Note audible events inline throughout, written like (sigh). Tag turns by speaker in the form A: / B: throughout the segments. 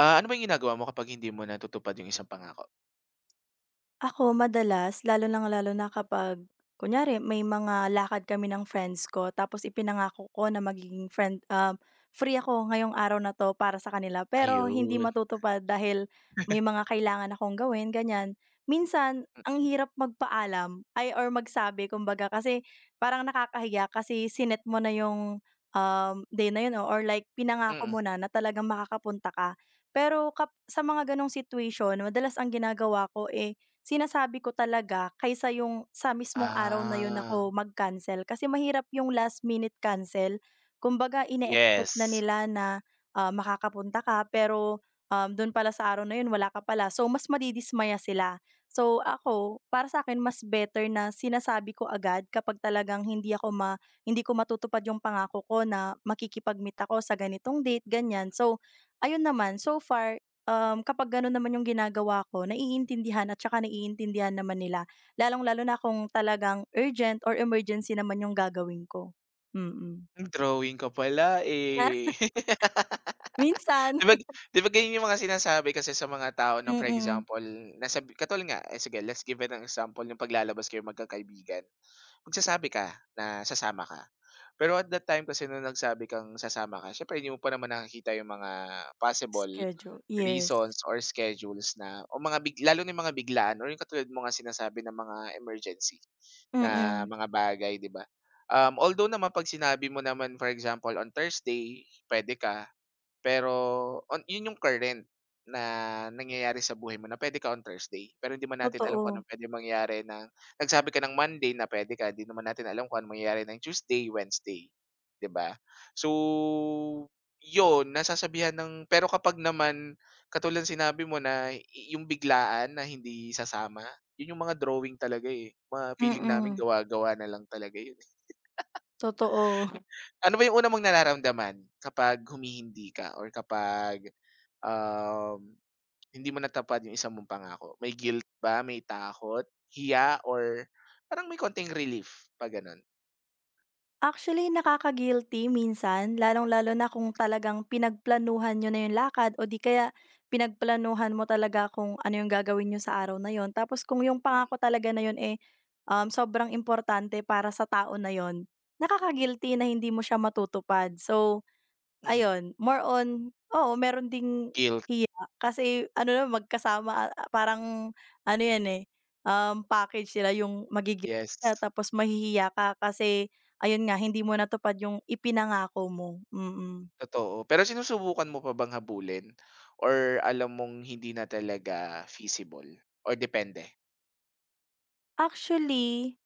A: Ah, ano ba yung ginagawa mo kapag hindi mo natutupad yung isang pangako?
B: Ako madalas, lalo lang lalo na kapag kunyari may mga lakad kami ng friends ko tapos ipinangako ko na magiging friend free ako ngayong araw na 'to para sa kanila, pero hindi
A: Ayun,
B: matutupad dahil may mga kailangan akong gawin, ganyan. Minsan ang hirap magpaalam ay or magsabi kumbaga kasi parang nakakahiya kasi sinet mo na yung, day na yun oh, or like pinangako
A: mm.
B: mo na na talagang makakapunta ka. Pero kap sa mga ganong situation madalas ang ginagawa ko, eh sinasabi ko talaga kaysa yung sa mismong araw na yun
A: Ah,
B: ako mag-cancel kasi mahirap yung last minute cancel. Kumbaga ine-expect na
A: yes.
B: nila na, makakapunta ka pero, dun pala sa araw na yun wala ka pala so mas madidismaya sila. So ako, para sa akin mas better na sinasabi ko agad kapag talagang hindi ako ma hindi ko matutupad yung pangako ko na makikipag-meet ako sa ganitong date, ganyan. So ayun naman, so far kapag gano'n naman yung ginagawa ko naiintindihan at saka naiintindihan naman nila, lalong-lalo na kung talagang urgent or emergency naman yung gagawin ko. Mm.
A: Drawing ka pala,
B: Ah,
A: eh.
B: (laughs)
A: (laughs)
B: minsan,
A: 'Di ba di ba ganyan yung mga sinasabi kasi sa mga tao na for
B: mm.
A: example, nasabi katulad nga, eh, sige let's give it an example yung paglalabas kayo magkakaibigan. Magsasabi ka na sasama ka. Pero at that time kasi nung nagsabi kang sasama ka, syempre hindi mo pa naman nakikita yung mga possible
B: Schedule, yes.
A: reasons or schedules na o mga big, lalo na yung mga biglaan or yung katulad mo nga sinasabi ng mga emergency na
B: Mm,
A: mga bagay, di ba? Although naman pag sinabi mo naman, for example, on Thursday, pwede ka, pero on 'yun yung current na nangyayari sa buhay mo na pwede ka on Thursday, pero hindi man natin alam kung
B: totoo.
A: anong pwede mangyari ng nagsabi ka ng Monday na pwede ka, 'di naman natin alam kung anong mangyayari ng Tuesday, Wednesday, 'di ba? So, 'yun nasasabihan ng pero kapag naman katulad ng sinabi mo na i yung biglaan na hindi sasama, 'yun yung mga drawing talaga, eh, mga feeling namin
B: Mm,
A: gawa-gawa na lang talaga 'yun.
B: totoo.
A: Ano ba yung una mong nararamdaman kapag humihindi ka or kapag, um, hindi mo natapad yung isang mong pangako? May guilt ba, may takot, hiya or parang may konting relief pa gano'n?
B: Actually, nakaka-guilty minsan, lalong-lalo na kung talagang pinagplanuhan niyo na yung lakad o di kaya pinagplanuhan mo talaga kung ano yung gagawin niyo sa araw na yon. Tapos kung yung
A: Mm,
B: pangako talaga na yon eh, sobrang importante para sa tao na yon, nakaka-guilty na hindi mo siya matutupad. So
A: mhm.
B: ayun, more on oo, meron ding
A: Guilt,
B: hiya kasi ano na magkasama, parang ano 'yan, eh, package sila yung magiging
A: yes,
B: ka tapos mahihiya ka kasi ayun nga hindi mo natupad yung ipinangako mo, mm.
A: totoo. Pero sinusubukan mo pa bang habulin or alam mong hindi na talaga feasible or depende?
B: Actually,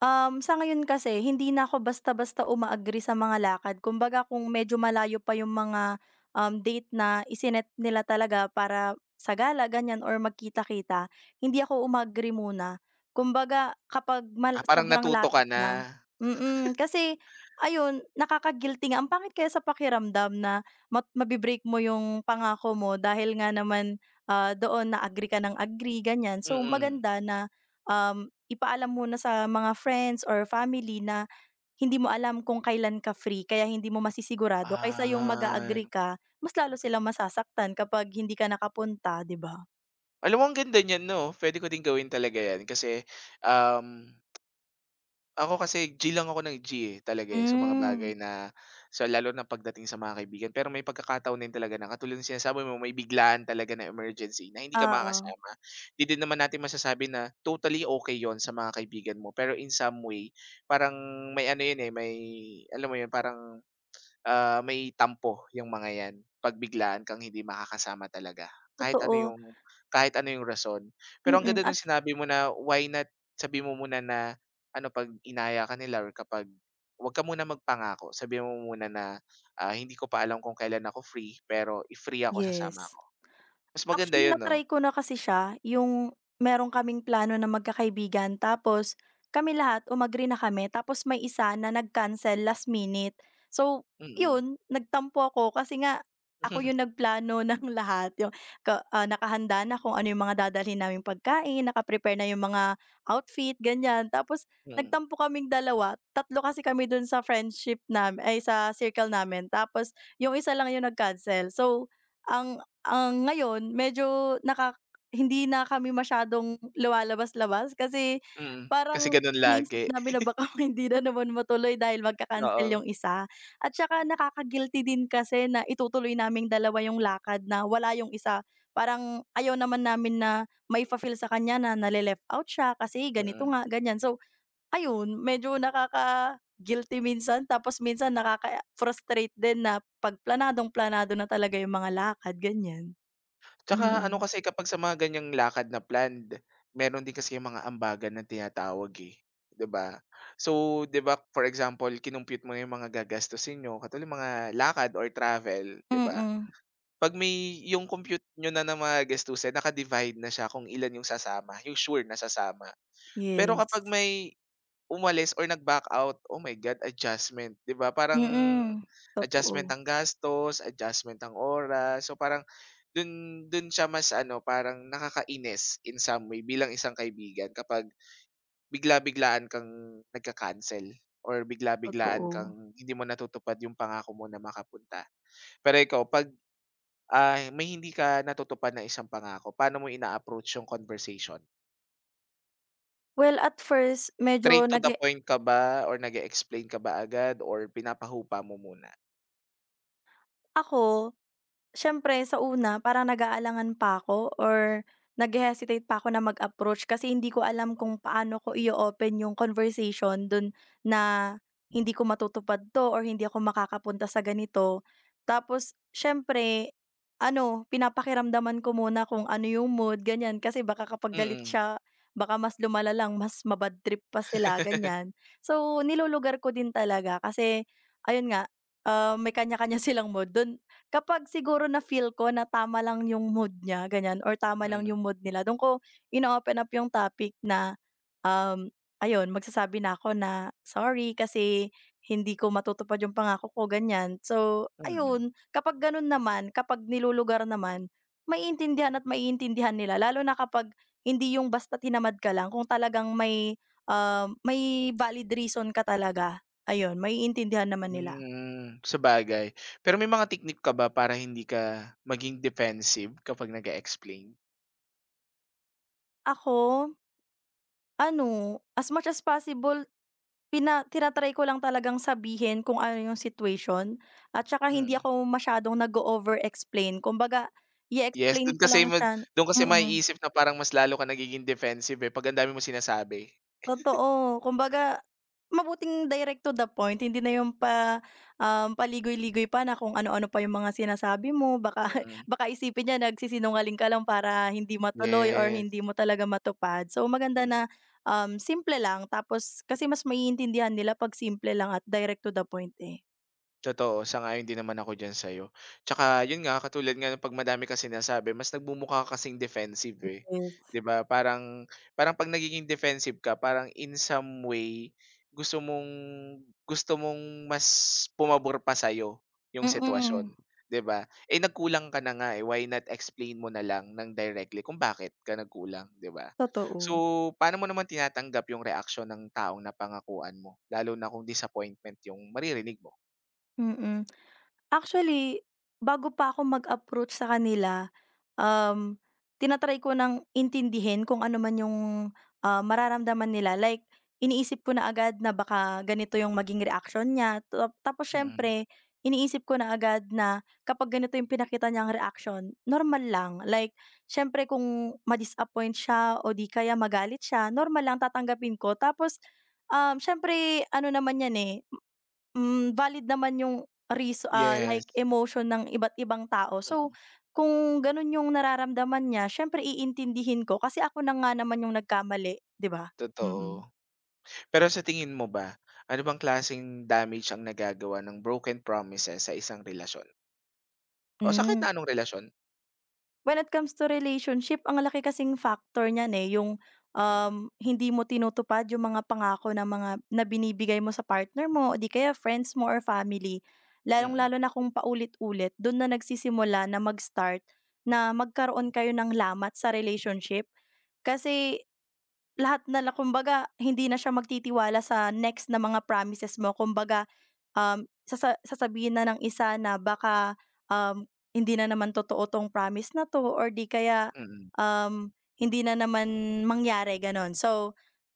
B: Sa ngayon kasi hindi na ako basta-basta uma-agree sa mga lakad. Kumbaga kung medyo malayo pa yung mga, date na isinet nila talaga para sa gala ganyan or magkita-kita, hindi ako uma-agree muna. Kumbaga kapag mal
A: Ah, parang
B: sobrang
A: natuto ka
B: lapit
A: na?
B: na. Mm, kasi ayun nakaka-guilty nga. Ang pangit kaya sa pakiramdam na mabibreak mo yung pangako mo dahil nga naman, doon na agree ka ng agree ganyan. So
A: Mm.
B: maganda na ipaalam muna sa mga friends or family na hindi mo alam kung kailan ka free kaya hindi mo masisigurado kaysa yung
A: Ah.
B: mag-a-agree ka, mas lalo silang masasaktan kapag hindi ka nakapunta, 'di ba?
A: Alam mo ang ganda niyan 'no, puwede ko din gawin talaga 'yan kasi, um, ako kasi G lang ako ng G, eh, talaga, eh, sa mga
B: Hmm.
A: bagay na sa lalo na pagdating sa mga kaibigan. Pero may pagkakataon din talaga na katulad ng sinasabi mo may biglaan talaga na emergency na hindi ka
B: Oo,
A: makakasama. Hindi din naman natin masasabi na totally okay yon sa mga kaibigan mo, pero in some way parang may ano 'yun, eh, may alam mo 'yun, parang ah, may tampo yung mga 'yan 'pag biglaan kang hindi makakasama talaga, kahit ano
B: totoo.
A: yung kahit ano yung rason. Pero ang
B: Mm,
A: ganda nung
B: at
A: sinabi mo na why not sabi mo muna na ano 'pag inaya ka nila or kapag 'wag ka muna magpangako, sabi mo muna na, ah, "Hindi ko pa alam kung kailan ako free, pero if free ako sasama
B: yes.
A: ako." Mas maganda
B: Actually,
A: 'yun 'no?
B: na-try ko na kasi siya, yung meron kaming plano na magkakaibigan tapos kami lahat umagree na kami tapos may isa na nag-cancel last minute. So,
A: Mm.
B: yun, nagtampo ako kasi nga ako yung
A: (laughs)
B: nagplano (laughs) ng lahat, yung nakahanda na kung ano yung mga dadalhin naming pagkain, nakaprepare na yung mga outfit, ganyan. Tapos
A: Mm.
B: nagtampo kaming dalawa, tatlo kasi kami dun sa friendship nam ay sa circle namin tapos yung isa lang yung nag-cancel. So, ang ang ngayon medyo naka hindi na kami masyadong lumalabas-labas kasi
A: Mm. Kasi
B: parang
A: gano'n
B: iniisip
A: lagi,
B: namin na baka (laughs) hindi na naman matuloy dahil magka-cancel
A: oo,
B: yung isa at saka nakaka-guilty din kasi na itutuloy naming dalawa yung lakad na wala yung isa. Parang ayaw naman namin na maifa-feel sa kanya na nale-left out siya kasi ganito
A: mm.
B: nga, ganyan. So ayun, medyo nakaka-guilty minsan tapos minsan nakaka-frustrate din na 'pag planadong-planado na talaga yung mga lakad, ganyan.
A: Tsaka ano
B: Mm.
A: kasi kapag sa mga ganyang lakad na planned, meron din kasi yung mga ambagan na tinatawag, eh, 'di ba? So, 'di ba for example, kinumpyut mo na yung mga gagastusin niyo katulad mga lakad or travel, 'di ba?
B: Mm.
A: 'Pag may yung compute niyo na na mga gastusin naka-divide na siya kung ilan yung sasama, yung sure na sasama. Pero
B: Yes.
A: kapag may umalis or nag-back out, oh my God, adjustment, 'di ba? Parang
B: Mm.
A: adjustment
B: Totoo,
A: ang gastos, adjustment ang oras. So parang dun dun siya mas ano, parang nakakainis in some way bilang isang kaibigan kapag bigla-biglaan kang nagka-cancel or bigla-biglaan
B: totoo.
A: kang hindi mo natutupad yung pangako mo na makapunta. Pero ikaw, 'pag, may hindi ka natutupad na isang pangako, paano mo ina-approach yung conversation?
B: Well, at first medyo
A: Straight to
B: nag
A: the point ka ba or nag-e-explain ka ba agad or pinapahupa mo muna?
B: ako. Siyempre sa una parang nag-aalangan pa ako or naghe-hesitate pa ako na mag-approach kasi hindi ko alam kung paano ko
A: Hmm,
B: i open yung conversation dun na hindi ko matutupad 'to or hindi ako makakapunta sa ganito. Tapos siyempre ano, pinapakiramdaman ko muna kung ano yung mood ganyan kasi baka kapag galit
A: mm.
B: siya, baka mas lumala lang, mas ma-bad trip pa sila
A: (laughs)
B: ganyan. So nilulugar ko din talaga kasi ayun nga, may kanya-kanya (laughs) silang mood dun. Kapag siguro na-feel ko na tama lang yung mood niya, ganyan, or tama lang
A: Mm,
B: yung mood nila, do'n ko ino-open up yung topic na, um, ayun, magsasabi na ako na, "Sorry kasi hindi ko matutupad yung pangako ko," ganyan. So,
A: mm.
B: ayun, kapag gano'n naman, kapag nilulugar naman, maiintindihan at maiintindihan nila lalo na kapag hindi yung basta't hinamad ka lang, kung talagang may, may valid reason ka talaga, ayun, maiintindihan naman nila.
A: Hmm, sabagay. Pero may mga technique ka ba para hindi ka maging defensive kapag nag-e-explain?
B: Ako ano, as much as possible tina ko lang talagang sabihin kung ano yung situation at saka hindi
A: Mm.
B: ako masyadong nag over explain kumbaga
A: Yes,
B: i-explain ko lang siya
A: dun
B: mm.
A: kasi
B: Mm.
A: maiisip na parang mas lalo ka nagiging defensive, eh, 'pag ang dami mong sinasabi.
B: Totoo, kumbaga mabuting direct to the point hindi na yung pa, paligoy-ligoy pa na kung ano-ano pa yung mga sinasabi mo baka (laughs)
A: Mm,
B: isipin niya nagsisinungaling ka lang para hindi matuloy or hindi
A: yes.
B: mo talaga matupad. So maganda
A: Mm.
B: na, simple lang tapos kasi mas maiintindihan nila 'pag simple lang at direct to the point eh.
A: Totoo, sang-ayon din naman ako diyan sa'yo. Tsaka yun nga, katulad nga ng 'pag madami kang sinasabi mas nagmumukha ka kasing defensive, eh,
B: Yes.
A: 'di ba? Parang parang 'pag nagiging defensive ka parang in some way gusto mong gusto mong mas pumabor pa sa'yo yung sitwasyon,
B: Mm,
A: 'di ba? Eh, nagkulang ka na nga, eh, why not explain mo na lang ng directly kung bakit ka nagkulang, 'di ba? So,
B: totoo,
A: paano mo naman tinatanggap yung reaksyon ng taong napangakuan mo, lalo na kung disappointment yung maririnig mo?
B: mm. Actually, bago pa ako mag-approach sa kanila, um, tina ko ng intindihin kung ano man yung, mararamdaman nila. Like, iniisip ko na agad na baka ganito yung maging reaksyon niya, tapos
A: Mm.
B: siyempre iniisip ko na agad na kapag ganito yung pinakita niyang reaksyon, normal lang. Like, siyempre kung ma-disappoint siya o di kaya magalit siya, normal lang tatanggapin ko. Tapos, siyempre ano naman yan, eh. Hmm, valid naman yung like
A: Yes,
B: emotion ng iba't ibang tao. So,
A: mm,
B: kung ganun yung nararamdaman niya siyempre iintindihin ko kasi ako na nga naman yung nagkamali, 'di ba?
A: totoo.
B: Mm.
A: Pero sa tingin mo ba, ano bang klaseng damage ang nagagawa ng broken promises sa isang relasyon o sa kahit
B: Hmm.
A: na anong relasyon?
B: When it comes to relationship ang laki kasing factor niyan, eh, yung,
A: Mm,
B: hindi mo tinutupad yung mga pangako na binibigay mo sa partner mo o di kaya friends mo or family.
A: mm,
B: Lalong-lalo na kung paulit-ulit, dun na nagsisimula na mag-start na magkaroon kayo ng lamat sa relationship. Kasi lahat na la kumbaga hindi na siya magtitiwala sa next na mga promises mo. Kumbaga, sasabihin na ng isa na baka, um, hindi na naman totoo 'tong promise na 'to or 'di kaya,
A: mm.
B: um, hindi na naman mangyari, gano'n. So,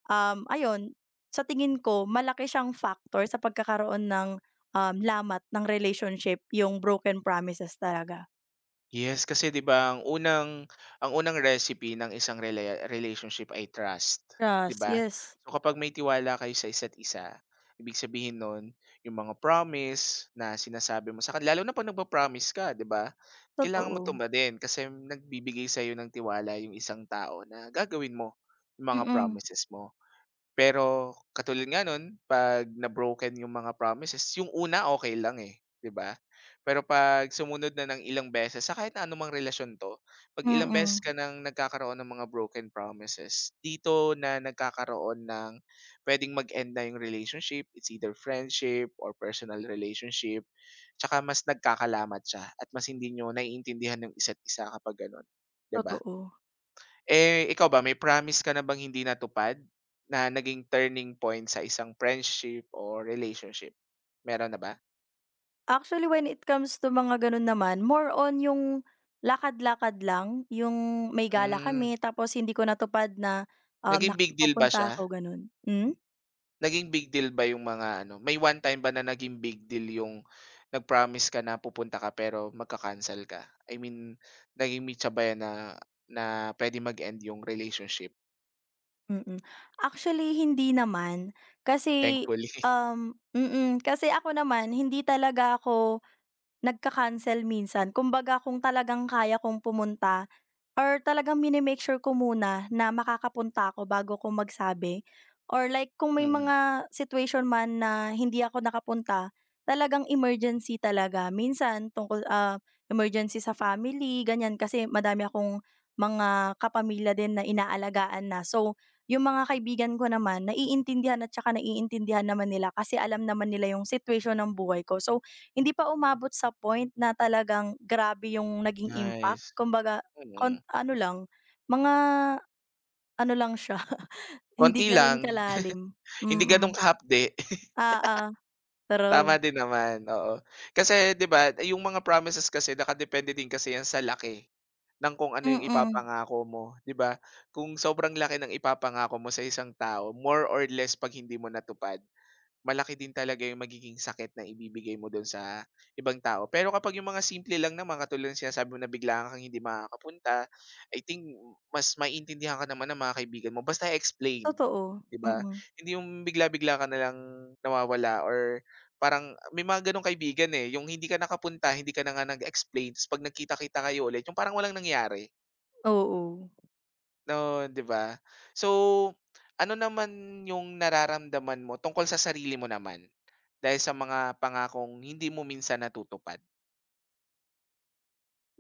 B: ayun, sa tingin ko malaki siyang factor sa pagkakaroon ng, lamat ng relationship yung broken promises talaga.
A: Yes, kasi 'di ba ang unang recipe ng isang rela relationship ay trust, 'di
B: Trust,
A: ba?
B: yes,
A: So kapag may tiwala kayo sa isa't isa, ibig sabihin nun yung mga promise na sinasabi mo sa kan lalo na 'pag nagpa-promise ka, 'di ba? Kailangan mo
B: totoo.
A: tuma din, kasi nagbibigay sa iyo ng tiwala yung isang tao na gagawin mo yung mga
B: Mm,
A: promises mo. Pero katulad nga nun 'pag na-broken yung mga promises, yung una okey lang, eh, 'di ba? Pero 'pag sumunod na ng ilang beses sa kahit na anumang relasyon 'to, 'pag ilang beses
B: mm,
A: ka ng nagkakaroon ng mga broken promises, dito na nagkakaroon ng puwedeng mag-end na yung relationship, it's either friendship or personal relationship, tsaka mas nagkakalamat siya at mas hindi niyo naiintindihan yung isa't isa kapag gano'n, 'di ba?
B: totoo.
A: Eh, ikaw ba may promise ka na bang hindi natupad, na naging turning point sa isang friendship or relationship? Meron na ba?
B: Actually, when it comes to mga gano'n naman, more on yung lakad-lakad lang, yung may gala
A: Hmm,
B: kami tapos hindi ko natupad na, um,
A: Naging
B: nak
A: big deal ba siya?
B: ako gano'n. Hmm?
A: Naging big deal ba yung mga ano, may one time ba na naging big deal yung nag-promise ka na pupunta ka pero magka-cancel ka? I mean, naging mitsa ba yan na na pwede mag-end yung relationship,
B: Mm. Mm-mm. Actually, hindi naman kasi,
A: thankfully? (laughs)
B: um mm, kasi ako naman hindi talaga ako nagka-cancel minsan. Kumbaga kung talagang kaya kong pumunta or talagang mini-make sure ko muna na makakapunta ako bago ko magsabi or like kung may
A: Mm,
B: mga situation man na hindi ako nakapunta, talagang emergency talaga. Minsan tungkol, emergency sa family, ganyan. Kasi madami akong mga kapamilya din na inaalagaan na. So, yung mga kaibigan ko naman naiintindihan at tsaka naiintindihan naman nila kasi alam naman nila yung situation ng buhay ko. So, hindi pa umabot sa point na talagang grabe yung naging impact
A: nice,
B: kumbaga
A: mm.
B: kon ano lang, mga ano lang siya, (laughs) hindi
A: Konti
B: gano'n
A: lang, (laughs)
B: kalalim.
A: hindi gano'n
B: Mm.
A: kahapde.
B: Oo, true.
A: Tama din naman, oo. Kasi 'di ba yung mga promises kasi nakadepende din kasi 'yan sa laki ng kung ano yung
B: Mm,
A: ipapangako mo, 'di ba? Kung sobrang laki ng ipapangako mo sa isang tao, more or less 'pag hindi mo natupad, malaki din talaga yung magiging sakit na ibibigay mo dun sa ibang tao. Pero kapag yung mga simple lang naman katulad ng sinasabi mo na biglaan kang hindi makakapunta, I think mas maiintindihan ka naman ng mga kaibigan mo basta explain.
B: totoo.
A: 'Di ba?
B: Mm,
A: Hindi yung bigla-bigla ka na lang nawawala or parang may mga gano'ng kaibigan, eh, yung hindi ka nakapunta, hindi ka na nga nag-explain ta's 'pag nagkita-kita kayo ulit yung parang walang nangyari,
B: oo.
A: no 'di ba? So, ano naman yung nararamdaman mo tungkol sa sarili mo naman dahil sa mga pangakong hindi mo minsan natutupad?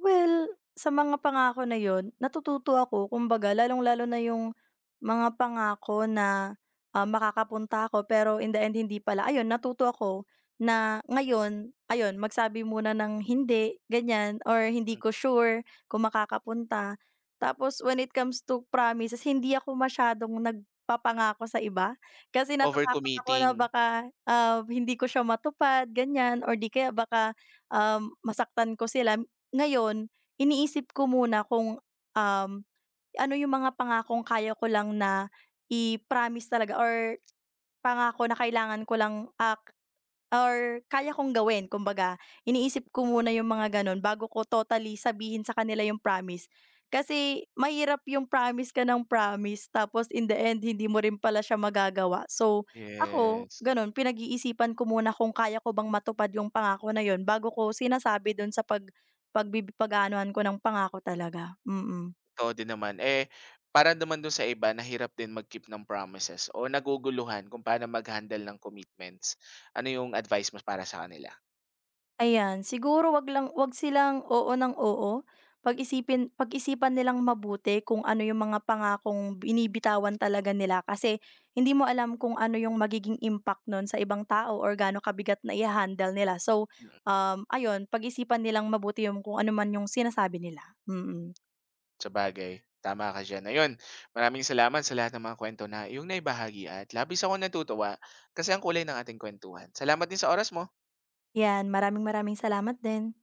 B: Well, sa mga pangako na yon, natututo ako kumbaga lalong-lalo na yung mga pangako na, makakapunta ako pero in the end hindi pala. Ayun, natuto ako na ngayon, ayun, magsabi muna ng hindi, ganyan or hindi
A: Hmm,
B: ko sure kung makakapunta. Tapos when it comes to promises, hindi ako masyadong nagpapangako sa iba kasi natatakot ako na
A: Overcommitting,
B: baka, hindi ko siya matupad, ganyan or di kaya baka, masaktan ko sila. Ngayon, iniisip ko muna kung, um, ano yung mga pangakong kaya ko lang na i-promise talaga or pangako na kailangan ko lang, ah, or kaya kong gawin kumbaga iniisip ko muna yung mga gano'n bago ko totally sabihin sa kanila yung promise. Kasi mahirap yung promise ka ng promise tapos in the end hindi mo rin pala siya magagawa. So ako
A: yes.
B: gano'n, pinag-iisipan ko muna kung kaya ko bang matupad yung pangako na yun bago ko sinasabi dun sa pag ko ng pangako talaga, mm. Mm.
A: Oo din naman. Eh, para naman dun sa iba nahirap din mag-keep ng promises o naguguluhan kung paano mag-handle ng commitments. Ano yung advice mo para sa kanila?
B: Ayan, siguro 'wag lang 'wag silang oo ng oo. Pag-isipan nilang mabuti kung ano yung mga pangakong binibitawan talaga nila kasi hindi mo alam kung ano yung magiging impact nun sa ibang tao or gaano kabigat na iha-handle nila. So,
A: Mm,
B: ayun pag-isipan nilang mabuti yung kung ano man yung sinasabi nila, mm.
A: Sabagay tama ka diyan. Ayun, maraming salamat sa lahat ng mga kwento na yung naibahagi at labis akong natutuwa kasi ang kulay ng ating kuwentuhan. Salamat din sa oras mo.
B: 'Yan, maraming maraming salamat din.